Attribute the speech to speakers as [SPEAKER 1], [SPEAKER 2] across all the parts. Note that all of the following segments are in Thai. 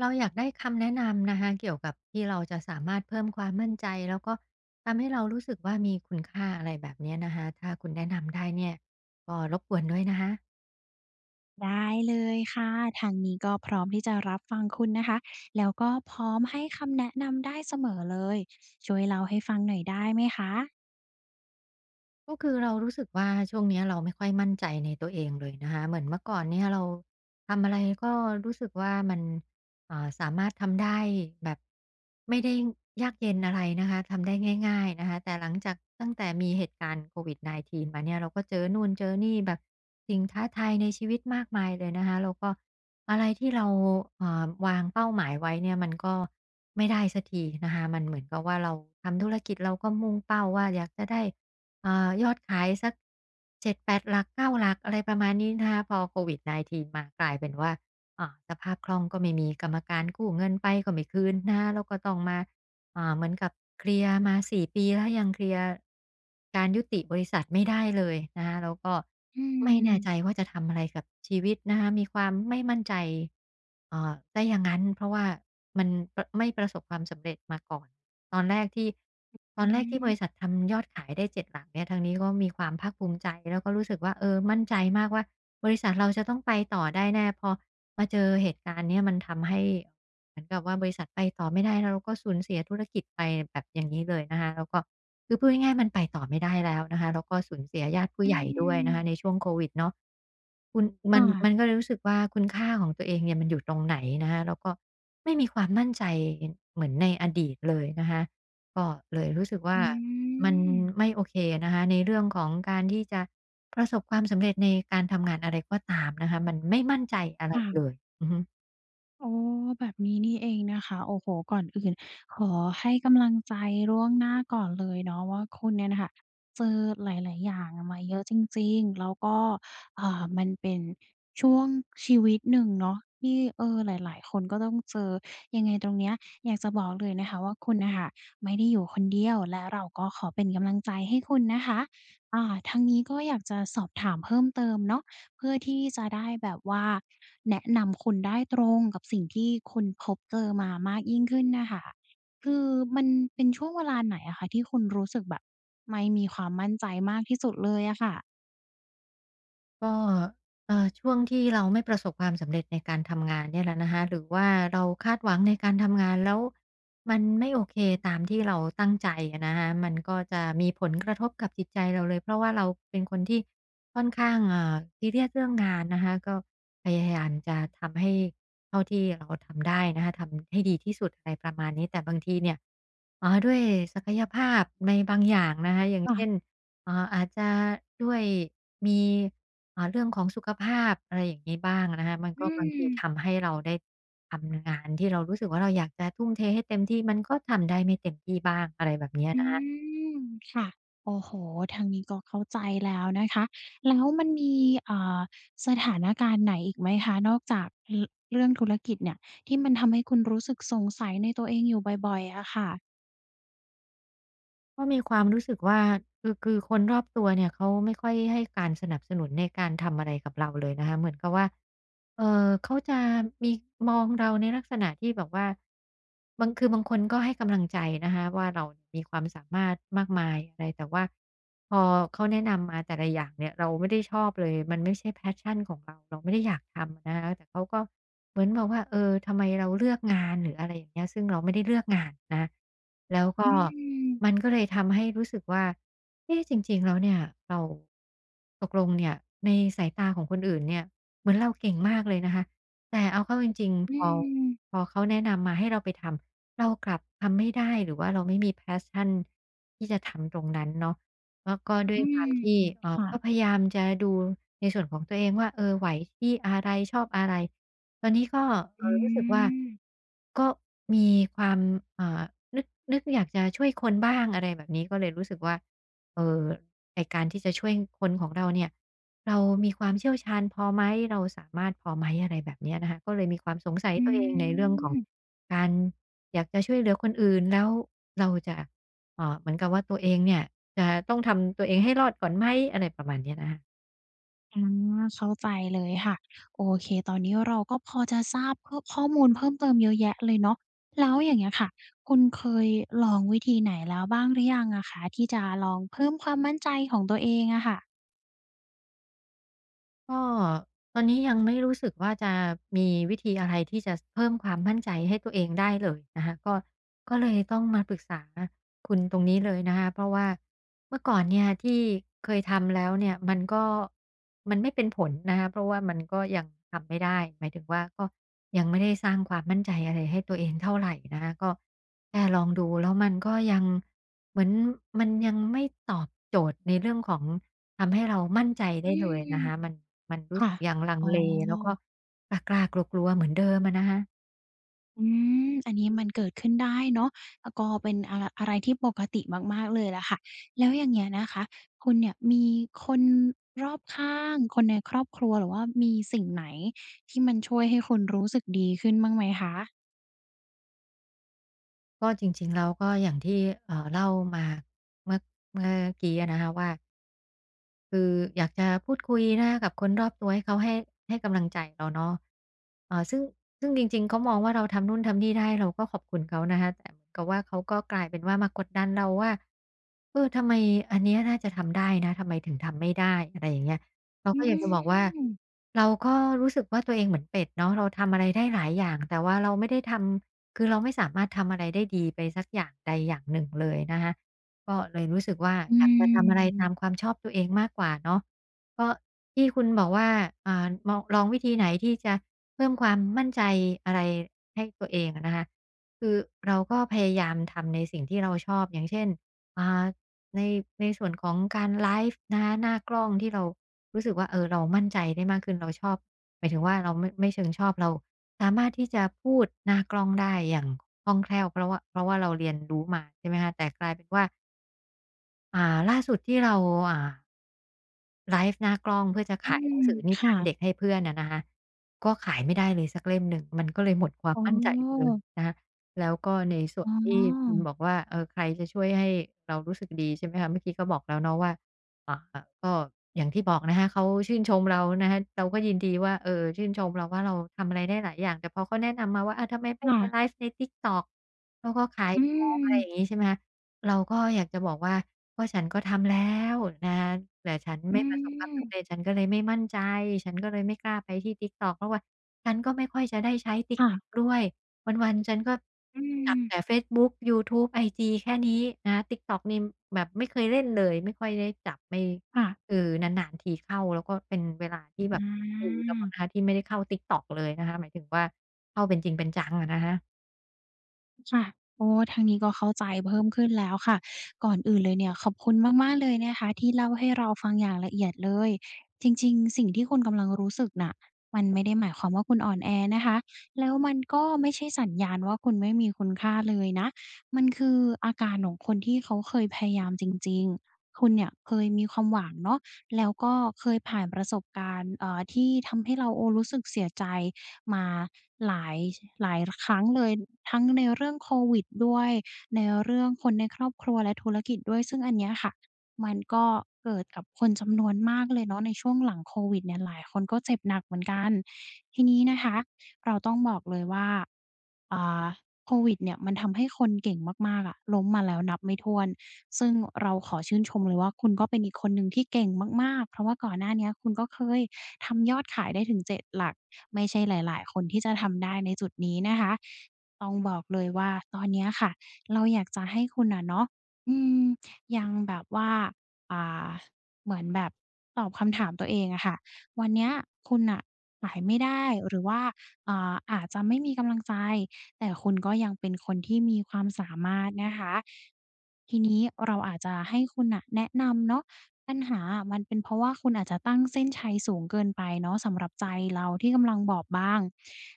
[SPEAKER 1] เราอยากได้คำแนะนำนะคะเกี่ยวกับที่เราจะสามารถเพิ่มความมั่นใจแล้วก็ทำให้เรารู้สึกว่ามีคุณค่าอะไรแบบเนี้ยนะคะถ้าคุณแนะนำได้เนี่ยก็รบกวนด้วยนะคะ
[SPEAKER 2] ได้เลยค่ะทางนี้ก็พร้อมที่จะรับฟังคุณนะคะแล้วก็พร้อมให้คำแนะนำได้เสมอเลยช่วยเล่าให้ฟังหน่อยได้ไหมคะ
[SPEAKER 1] ก็คือเรารู้สึกว่าช่วงเนี้ยเราไม่ค่อยมั่นใจในตัวเองเลยนะคะเหมือนเมื่อก่อนเนี่ยเราทำอะไรก็รู้สึกว่ามันสามารถทำได้แบบไม่ได้ยากเย็นอะไรนะคะทำได้ง่ายๆนะคะแต่หลังจากตั้งแต่มีเหตุการณ์โควิด 19 มาเนี่ยเราก็เจอนู่นเจอนี่แบบสิ่งท้าทายในชีวิตมากมายเลยนะคะแล้วก็อะไรที่เราวางเป้าหมายไว้เนี่ยมันก็ไม่ได้สักทีนะคะมันเหมือนกับว่าเราทำธุรกิจเราก็มุ่งเป้าว่าอยากจะได้ เอ่ยอดขายสัก7-8หลัก9หลักอะไรประมาณนี้นะคะพอโควิด 19 มากลายเป็นว่าสภาพคล่องก็ไม่มีกรรมการกู้เงินไปก็ไม่คืนนะคะแล้วก็ต้องมาเหมือนกับเคลียร์มา4ปีแล้วยังเคลียร์การยุติบริษัทไม่ได้เลยนะคะแล้วก็
[SPEAKER 2] อื
[SPEAKER 1] ไม่
[SPEAKER 2] ม
[SPEAKER 1] แน่ใจว่าจะทำอะไรกับชีวิตนะคะมีความไม่มั่นใจซะอย่างงั้นเพราะว่ามันปไม่ประสบความสำเร็จมาก่อน ตอนแรกที่ตอน
[SPEAKER 2] อื
[SPEAKER 1] แรกที่บริษัท
[SPEAKER 2] ม
[SPEAKER 1] ทำยอดขายได้7หลักเนี่ยทางนี้ก็มีความภาคภูมิใจแล้วก็รู้สึกว่าเออมั่นใจมากว่าบริษัทเราจะต้องไปต่อได้แน่พอมาเจอเหตุการณ์เนี้ยมันทำให้ เหมือนกับว่าบริษัทไปต่อไม่ได้แล้วเราก็สูญเสียธุรกิจไปแบบอย่างนี้เลยนะคะแล้วก็คือพูดง่ายๆมันไปต่อไม่ได้แล้วนะคะแล้วก็สูญเสียญาติผู้
[SPEAKER 2] อื
[SPEAKER 1] ใหญ่ด้วย
[SPEAKER 2] ม
[SPEAKER 1] นะคะในช่วงโควิดเนาะคุณมั
[SPEAKER 2] ค่ะ
[SPEAKER 1] นมันก็เลยรู้สึกว่าคุณค่าของตัวเองเนี่ยมันอยู่ตรงไหนนะคะแล้วก็ไม่มีความมั่นใจเหมือนในอดีตเลยนะคะก็เลยรู้สึกว่า
[SPEAKER 2] อื
[SPEAKER 1] มันไม่
[SPEAKER 2] ม
[SPEAKER 1] โอเคนะคะในเรื่องของการที่จะประสบความสำเร็จในการทำงานอะไรก็ตามนะคะมันไม่มั่นใจอะไรเล
[SPEAKER 2] ค่ะ
[SPEAKER 1] ยอือฮึ
[SPEAKER 2] อ๋อแบบนี้นี่เองนะคะโอ้โฮก่อนอื่นขอให้กำลังใจล่วงหน้าก่อนเลยเนาะว่าคุณเนี่ยน่ะค่ะเจอหลายๆอย่างมาเยอะจริงๆแล้วก็มันเป็นช่วงชีวิตหนึ่งเนาะที่เออหลายๆคนก็ต้องเจอยังไงตรงเนี้ยอยากจะบอกเลยนะคะว่าคุณน่ะค่ะไม่ได้อยู่คนเดียวและเราก็ขอเป็นกำลังใจให้คุณนะคะทางนี้ก็อยากจะสอบถามเพิ่มเติมเนาะ เพื่อที่จะได้แบบว่าแนะนำคุณได้ตรงกับสิ่งที่คุณพบเจอมามากยิ่งขึ้นน่ะค่ะคือมันเป็นช่วงเวลาไหนอะคะที่คุณรู้สึกแบบไม่มีความมั่นใจมากที่สุดเลยอะค่ะ
[SPEAKER 1] ก็ช่วงที่เราไม่ประสบความสำเร็จในการทำงานเนี่ยแหละนะคะหรือว่าเราคาดหวังในการทำงานแล้วมันไม่โอเคตามที่เราตั้งใจอะนะคะมันก็จะมีผลกระทบกับจิตใจเราเลยเพราะว่าเราเป็นคนที่ค่อนข้างซีเรียสเรื่องงานนะคะก็พยายามจะทำให้เท่าที่เราทำได้นะคะทำให้ดีที่สุดอะไรประมาณนี้แต่บางทีเนี่ยด้วยศักยภาพในบางอย่างนะคะอย่าง
[SPEAKER 2] ค่ะ
[SPEAKER 1] เช่น อาจจะด้วยมีเรื่องของสุขภาพอะไรอย่างงี้บ้างนะคะมัน
[SPEAKER 2] อื
[SPEAKER 1] ก็บางที
[SPEAKER 2] ม
[SPEAKER 1] ทำให้เราได้ทำงานที่เรารู้สึกว่าเราอยากจะทุ่มเทให้เต็มที่มันก็ทำได้ไม่เต็มที่บ้างอะไรแบบเนี้ย
[SPEAKER 2] อื
[SPEAKER 1] นะคะ
[SPEAKER 2] มค่ะโอ้โฮทางนี้ก็เข้าใจแล้วนะคะแล้วมันมีอ่าสถานการณ์ไหนอีกไหมคะนอกจากรเรื่องธุรกิจเนี่ยที่มันทำให้คุณรู้สึกสงสัยในตัวเองอยู่บ่อยๆอะค่ะ
[SPEAKER 1] ก็มีความรู้สึกว่าคือคนรอบตัวเนี่ยเขาไม่ค่อยให้การสนับสนุนในการทำอะไรกับเราเลยนะคะเหมือนกับว่าเขาจะมีมองเราในลักษณะที่แบบว่าบางคือบางคนก็ให้กำลังใจนะคะว่าเรามีความสามารถมากมายอะไรแต่ว่า พอเขาแนะนำมาแต่ละอย่างเนี่ยเราไม่ได้ชอบเลยมันไม่ใช่ passion ของเราเราไม่ได้อยากทำอะนะคะแต่เขาก็เหมือนบอกว่าเออทำไมเราเลือกงานหรืออะไรอย่างเงี้ยซึ่งเราไม่ได้เลือกงานนะแล้วก็
[SPEAKER 2] อืม
[SPEAKER 1] มันก็เลยทำให้รู้สึกว่าเอ๊ะจริงๆแล้วเนี่ยเราตกลงเนี่ยในสายตาของคนอื่นเนี่ยเหมือนเราเก่งมากเลยนะคะแต่เอาเข้าจริง
[SPEAKER 2] อื
[SPEAKER 1] ๆพอพ
[SPEAKER 2] ม
[SPEAKER 1] อเขาแนะนำมาให้เราไปทำเรากลับทำไม่ได้หรือว่าเราไม่มี passion ที่จะทำตรงนั้นเนาะ แล้ก็ด้ว
[SPEAKER 2] อื
[SPEAKER 1] ยค
[SPEAKER 2] ม
[SPEAKER 1] วามที่
[SPEAKER 2] ค่ะ
[SPEAKER 1] ก็พยายามจะดูในส่วนของตัวเองว่าเออไหวที่อะไรชอบอะไรตอนนี้ก็
[SPEAKER 2] อื
[SPEAKER 1] รู้สึกว่า
[SPEAKER 2] ม
[SPEAKER 1] ก็มีความอ่านึกนึกอยากจะช่วยคนบ้างอะไรแบบนี้ก็เลยรู้สึกว่าเอ่อไอ้การที่จะช่วยคนของเราเนี่ยเรามีความเชี่ยวชาญพอไหมเราสามารถพอไหมอะไรแบบเนี้ยนะคะก็เลยมีความสงสัย
[SPEAKER 2] อื
[SPEAKER 1] ตัวเองในเรื่องของ
[SPEAKER 2] ม
[SPEAKER 1] การอยากจะช่วยเหลือคนอื่นแล้วเราจะเหมือนกับว่าตัวเองเนี่ย จะต้องทำตัวเองให้รอดก่อนไหมอะไรประมาณเนี้ยนะคะ
[SPEAKER 2] อาเข้าใจเลยค่ะโอเคตอนนี้เราก็พอจะทราบเพิ่มข้อมูลเพิ่มเติมเยอะแยะเลยเนาะแล้วอย่างเงี้ยค่ะคุณเคยลองวิธีไหนแล้วบ้างหรือยังอะคะที่จะลองเพิ่มความมั่นใจของตัวเองอะค่ะ
[SPEAKER 1] ก็ตอนนี้ยังไม่รู้สึกว่าจะมีวิธีอะไรที่จะเพิ่มความมั่นใจให้ตัวเองได้เลยนะคะก็เลยต้องมาปรึกษาคุณตรงนี้เลยนะคะเพราะว่าเมื่อก่อนเนี่ยที่เคยทำแล้วเนี่ยมันไม่เป็นผลนะคะเพราะว่ามันก็ยังทำไม่ได้หมายถึงว่าก็ยังไม่ได้สร้างความมั่นใจอะไรให้ตัวเองเท่าไหรนะคะก็แค่ลองดูแล้วมันก็ยังเหมือนมันยังไม่ตอบโจทย์ในเรื่องของ ทำให้เรามั่นใจ
[SPEAKER 2] อื
[SPEAKER 1] ได้เลย
[SPEAKER 2] ม
[SPEAKER 1] นะคะมันรู้สึ
[SPEAKER 2] ค่ะ
[SPEAKER 1] กยังลัง
[SPEAKER 2] อ๋อ
[SPEAKER 1] เลแล้วก็กล้าๆกลัวๆเหมือนเดิมอะนะคะ
[SPEAKER 2] อือันนี้มันเกิดขึ้นได้เนาะอก็เป็นอะไรอะไรที่ปกติมากๆเลยล่ะค่ะ แล้วอย่างเงี้ยนะคะ คุณเนี่ยมีคนรอบข้าง คนในครอบครัวหรือว่ามีสิ่งไหนที่มันช่วยให้คุณรู้สึกดีขึ้นบ้างไหมคะ
[SPEAKER 1] ก็จริงๆแล้วก็อย่างที่เล่ามาเมื่อเมื่อกี้อะนะคะว่า คืออยากจะพูดคุยนะคะกับคนรอบตัวให้เขาให้ให้กำลังใจเราเนาะเอ่อซึ่งซึ่งจริงๆเขามองว่าเราทำนู่นทำนี่ได้เราก็ขอบคุณเขานะคะแต่เหมือนกับว่าเขาก็กลายเป็นว่ามากดดันเราว่าเออทำไมอันเนี้ยน่าจะทำได้นะทำไมถึงทำไม่ได้อะไรอย่างเงี้ยเรา
[SPEAKER 2] อื
[SPEAKER 1] ก็อยากจะบอกว่า
[SPEAKER 2] ม
[SPEAKER 1] เราก็รู้สึกว่าตัวเองเหมือนเป็ดเนาะเราทำอะไรได้หลายอย่างแต่ว่าเราไม่ได้ทำคือเราไม่สามารถทำอะไรได้ดีไปสักอย่างใดอย่างหนึ่งเลยนะคะ ก็เลยรู้สึกว่า
[SPEAKER 2] อื
[SPEAKER 1] อยากจะทำอะไร
[SPEAKER 2] ม
[SPEAKER 1] ตามความชอบตัวเองมากกว่าเนาะก็ที่คุณบอกว่ามองลองวิธีไหนที่จะเพิ่มความมั่นใจอะไรให้ตัวเองอะนะคะคือเราก็พยายามทำในสิ่งที่เราชอบอย่างเช่นอ่าในในส่วนของการไลฟ์นะคะหน้ากล้องที่เรารู้สึกว่าเออเรามั่นใจได้มากขึ้นเราชอบหมายถึงว่าเราไม่เชิงชอบเราสามารถที่จะพูดหน้ากล้องได้อย่างคล่องแคล่วเพราะว่าเราเรียนรู้มาใช่ไหมคะแต่กลายเป็นว่า อ่าล่าสุดที่เราอ่าไลฟ์หน้ากล้องเพื่อจะ
[SPEAKER 2] อื
[SPEAKER 1] ขายหนั
[SPEAKER 2] ม
[SPEAKER 1] งสือนิทานเด็ก
[SPEAKER 2] ค่ะ
[SPEAKER 1] ให้เพื่อนอะนะคะก็ขายไม่ได้เลยสักเล่มหนึ่งมันก็เลยหมดความ
[SPEAKER 2] อ๋
[SPEAKER 1] มั่นใจไปเล
[SPEAKER 2] อ
[SPEAKER 1] ยนะคะแล้วก็ในส่ว
[SPEAKER 2] อ๋
[SPEAKER 1] น
[SPEAKER 2] อ
[SPEAKER 1] ที่คุณบอกว่าเออใครจะช่วยให้เรารู้สึกดีใช่ไหมคะเมื่อกี้ก็บอกแล้วเนาะว่าอ่าก็อย่างที่บอกนะคะเขาชื่นชมเรานะคะเราก็ยินดีว่าเออชื่นชมเราว่าเราทำอะไรได้หลายอย่างแต่พอเขาแนะนำมาว่าอาทำไมไม่ไปไล
[SPEAKER 2] ค่ะ
[SPEAKER 1] ฟ์ใน TikTok?" เขาก็ขาย
[SPEAKER 2] อื
[SPEAKER 1] ของอะ
[SPEAKER 2] ม
[SPEAKER 1] ไรอย่างงี้ใช่ไหมคะเราก็อยากจะบอกว่าก็ฉันก็ทำแล้วนะะแต่ฉัน
[SPEAKER 2] อื
[SPEAKER 1] ไม่ประสบความ
[SPEAKER 2] ม
[SPEAKER 1] สำเร็จฉันก็เลยไม่มั่นใจ ฉันก็เลยไม่กล้าไปที่ TikTok เพราะว่าฉันก็ไม่ค่อยจะได้ใช้ TikTok
[SPEAKER 2] ค่ะ
[SPEAKER 1] ด้วยวันๆฉันก็
[SPEAKER 2] อื
[SPEAKER 1] จับแต่
[SPEAKER 2] ม
[SPEAKER 1] เฟซบุ๊กยูทูบไอจีแค่นี้นะคะ TikTok นี่แบบไม่เคยเล่นเลยไม่ค่อยได้จับไม่
[SPEAKER 2] ค่ะ
[SPEAKER 1] คือนานๆทีเข้าแล้วก็เป็นเวลาที่แบบเป็นปีแล้วมั้งนะคะ
[SPEAKER 2] อา
[SPEAKER 1] ที่ไม่ได้เข้า TikTok เลยนะคะหมายถึงว่าเข้าเป็นจริงเป็นจังอะนะคะ
[SPEAKER 2] ค่ะโอ้ทางนี้ก็เข้าใจเพิ่มขึ้นแล้วค่ะก่อนอื่นเลยเนี่ยขอบคุณมากๆเลยนะคะที่เล่าให้เราฟังอย่างละเอียดเลยจริงๆสิ่งที่คุณกำลังรู้สึกน่ะมันไม่ได้หมายความว่าคุณอ่อนแอนะคะแล้วมันก็ไม่ใช่สัญญาณว่าคุณไม่มีคุณค่าเลยนะมันคืออาการของคนที่เขาเคยพยายามจริงๆคุณเนี่ยเคยมีความหวังเนาะแล้วก็เคยผ่านประสบการณ์ที่ทำให้เราโอ้รู้สึกเสียใจ มาหลายหลายครั้งเลยทั้งในเรื่องโควิดด้วยในเรื่องคนในครอบครัวและธุรกิจด้วยซึ่งอันเนี้ยค่ะมันก็เกิดกับคนจำนวนมากเลยเนาะในช่วงหลังโควิดเนี่ยหลายคนก็เจ็บหนักเหมือนกันทีนี้นะคะเราต้องบอกเลยว่าอ่าโควิดเนี่ยมันทำให้คนเก่งมากๆอะล้มมาแล้วนับไม่ถ้วนซึ่งเราขอชื่นชมเลยว่าคุณก็เป็นอีกคนหนึ่งที่เก่งมากๆเพราะว่าก่อนหน้าเนี้ยคุณก็เคย ทำยอดขายได้ถึง7 หลักไม่ใช่หลายๆคนที่จะทำได้ในจุดนี้นะคะต้องบอกเลยว่าตอนเนี้ยค่ะเราอยากจะให้คุณอะเนาะอืมยังแบบว่าอ่าเหมือนแบบตอบคำถามตัวเองอะค่ะวันเนี้ยคุณน่ะขายไม่ได้หรือว่าอาจจะไม่มีกำลังใจแต่คุณก็ยังเป็นคนที่มีความสามารถนะคะทีนี้เราอาจจะให้คุณน่ะแนะนำเนาะ ปัญหาอะมันเป็นเพราะว่าคุณอาจจะตั้งเส้นชัยสูงเกินไปเนาะสำหรับใจเราที่กำลังบอบบาง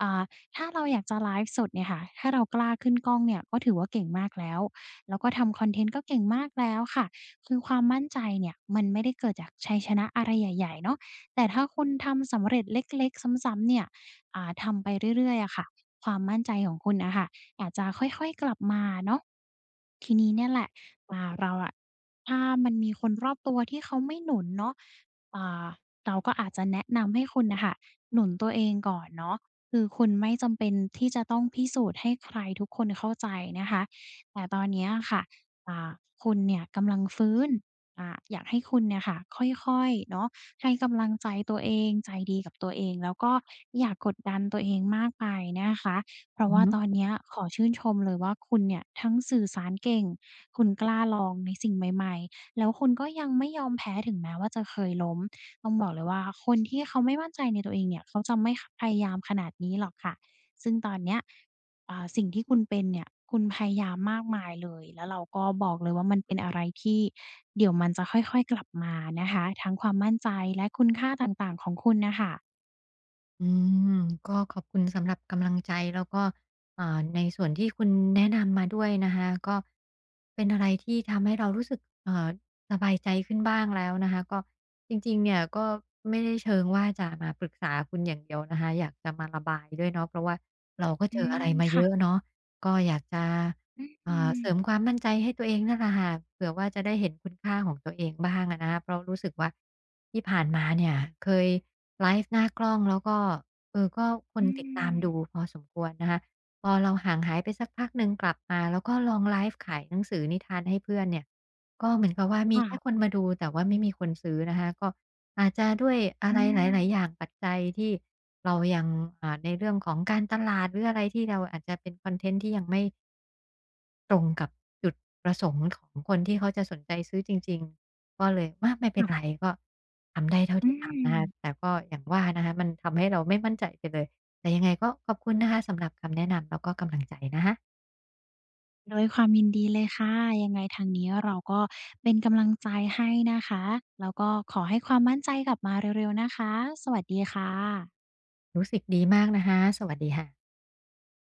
[SPEAKER 2] อ่าถ้าเราอยากจะไลฟ์สดเนี่ยค่ะ ถ้าเรากล้าขึ้นกล้องเนี่ยก็ถือว่าเก่งมากแล้ว แล้วก็ทำคอนเทนต์ก็เก่งมากแล้วค่ะ คือความมั่นใจเนี่ยมันไม่ได้เกิดจากชัยชนะอะไรใหญ่ๆเนาะแต่ถ้าคุณทำสำเร็จเล็กๆซ้ำๆเนี่ยทำไปเรื่อยๆอะค่ะความมั่นใจของคุณอะค่ะอาจจะค่อยๆกลับมาเนาะทีนี้เนี่ยแหละเราอะ ถ้ามันมีคนรอบตัวที่เขาไม่หนุนเนาะอ่าเราก็อาจจะแนะนำให้คุณน่ะค่ะหนุนตัวเองก่อนเนาะคือคุณไม่จำเป็นที่จะต้องพิสูจน์ให้ใครทุกคนเข้าใจนะคะ แต่ตอนเนี้ยค่ะอ่าคุณเนี่ยกำลังฟื้นอยากให้คุณเนี่ยค่ะค่อยๆเนาะให้กำลังใจตัวเองใจดีกับตัวเองแล้วก็อย่ากดดันตัวเองมากไปนะคะ เพราะ
[SPEAKER 1] อือ
[SPEAKER 2] ว่า
[SPEAKER 1] ฮึ
[SPEAKER 2] ตอนเนี้ยขอชื่นชมเลยว่าคุณเนี่ยทั้งสื่อสารเก่งคุณกล้าลองในสิ่งใหม่ๆแล้วคุณก็ยังไม่ยอมแพ้ถึงแม้ว่าจะเคยล้มต้องบอกเลยว่าคนที่เขาไม่มั่นใจในตัวเองเนี่ยเขาจะไม่ขพยายามขนาดนี้หรอกค่ะซึ่งตอนเนี้ยสิ่งที่คุณเป็นเนี่ยคุณพยายามมากมายเลยแล้วเราก็บอกเลยว่ามันเป็นอะไรที่เดี๋ยวมันจะค่อยๆกลับมานะคะทั้งความมั่นใจและคุณค่าต่างๆของคุณน่ะค่ะ
[SPEAKER 1] อืมก็ขอบคุณสำหรับกำลังใจแล้วก็อ่าในส่วนที่คุณแนะนำมาด้วยนะคะก็เป็นอะไรที่ทำให้เรารู้สึกสบายใจขึ้นบ้างแล้วนะคะก็จริงๆเนี่ยก็ไม่ได้เชิงว่าจะมาปรึกษาคุณอย่างเดียวนะคะอยากจะมาระบายด้วยเนาะเพราะว่าเราก็
[SPEAKER 2] อื
[SPEAKER 1] เจออะไร
[SPEAKER 2] ม
[SPEAKER 1] มาเย
[SPEAKER 2] ค่ะ
[SPEAKER 1] อะเนาะก็อยากจะ
[SPEAKER 2] อื
[SPEAKER 1] อ่า
[SPEAKER 2] ม
[SPEAKER 1] เสริมความมั่นใจให้ตัวเองนั่นแหละค่ะเผื่อว่าจะได้เห็นคุณค่าของตัวเองบ้างอะนะคะเพราะรู้สึกว่าที่ผ่านมาเนี่ยเคยไลฟ์หน้ากล้องแล้วก็เออก็คน
[SPEAKER 2] อื
[SPEAKER 1] ติดตาม
[SPEAKER 2] ม
[SPEAKER 1] ดูพอสมควรนะคะพอเราห่างหายไปสักพักหนึ่งกลับมาแล้วก็ลองไลฟ์ขายหนังสือนิทานให้เพื่อนเนี่ยก็เหมือนกับว่ามีแค่ค
[SPEAKER 2] ค่ะ
[SPEAKER 1] นมาดูแต่ว่าไม่มีคนซื้อนะคะก็อาจจะด้วยอะ
[SPEAKER 2] อื
[SPEAKER 1] ไรห
[SPEAKER 2] ม
[SPEAKER 1] ลายๆอย่างปัจจัยที่เรายังในเรื่องของการตลาดหรืออะไรที่เราอาจจะเป็นคอนเทนต์ที่ยังไม่ ตรงกับจุดประสงค์ของคนที่เขาจะสนใจซื้อจริงๆ ก็เลยว่าไม่เป็น
[SPEAKER 2] ค่ะ
[SPEAKER 1] ไรก็ทำได้เท่า
[SPEAKER 2] อื
[SPEAKER 1] ที่ทำนะคะ
[SPEAKER 2] ม
[SPEAKER 1] แต่ก็อย่างว่านะคะมันทำให้เราไม่มั่นใจไปเลย แต่ยังไงก็ขอบคุณนะคะสำหรับคำแนะนำแล้วก็กำลังใจนะคะ
[SPEAKER 2] ด้วยความยินดีเลยค่ะยังไงทางนี้เราก็เป็นกำลังใจให้นะคะแล้วก็ขอให้ความมั่นใจกลับมาเร็วๆนะคะสวัสดีค่ะ
[SPEAKER 1] รู้สึกดีมากนะคะสวัสดีค่ะ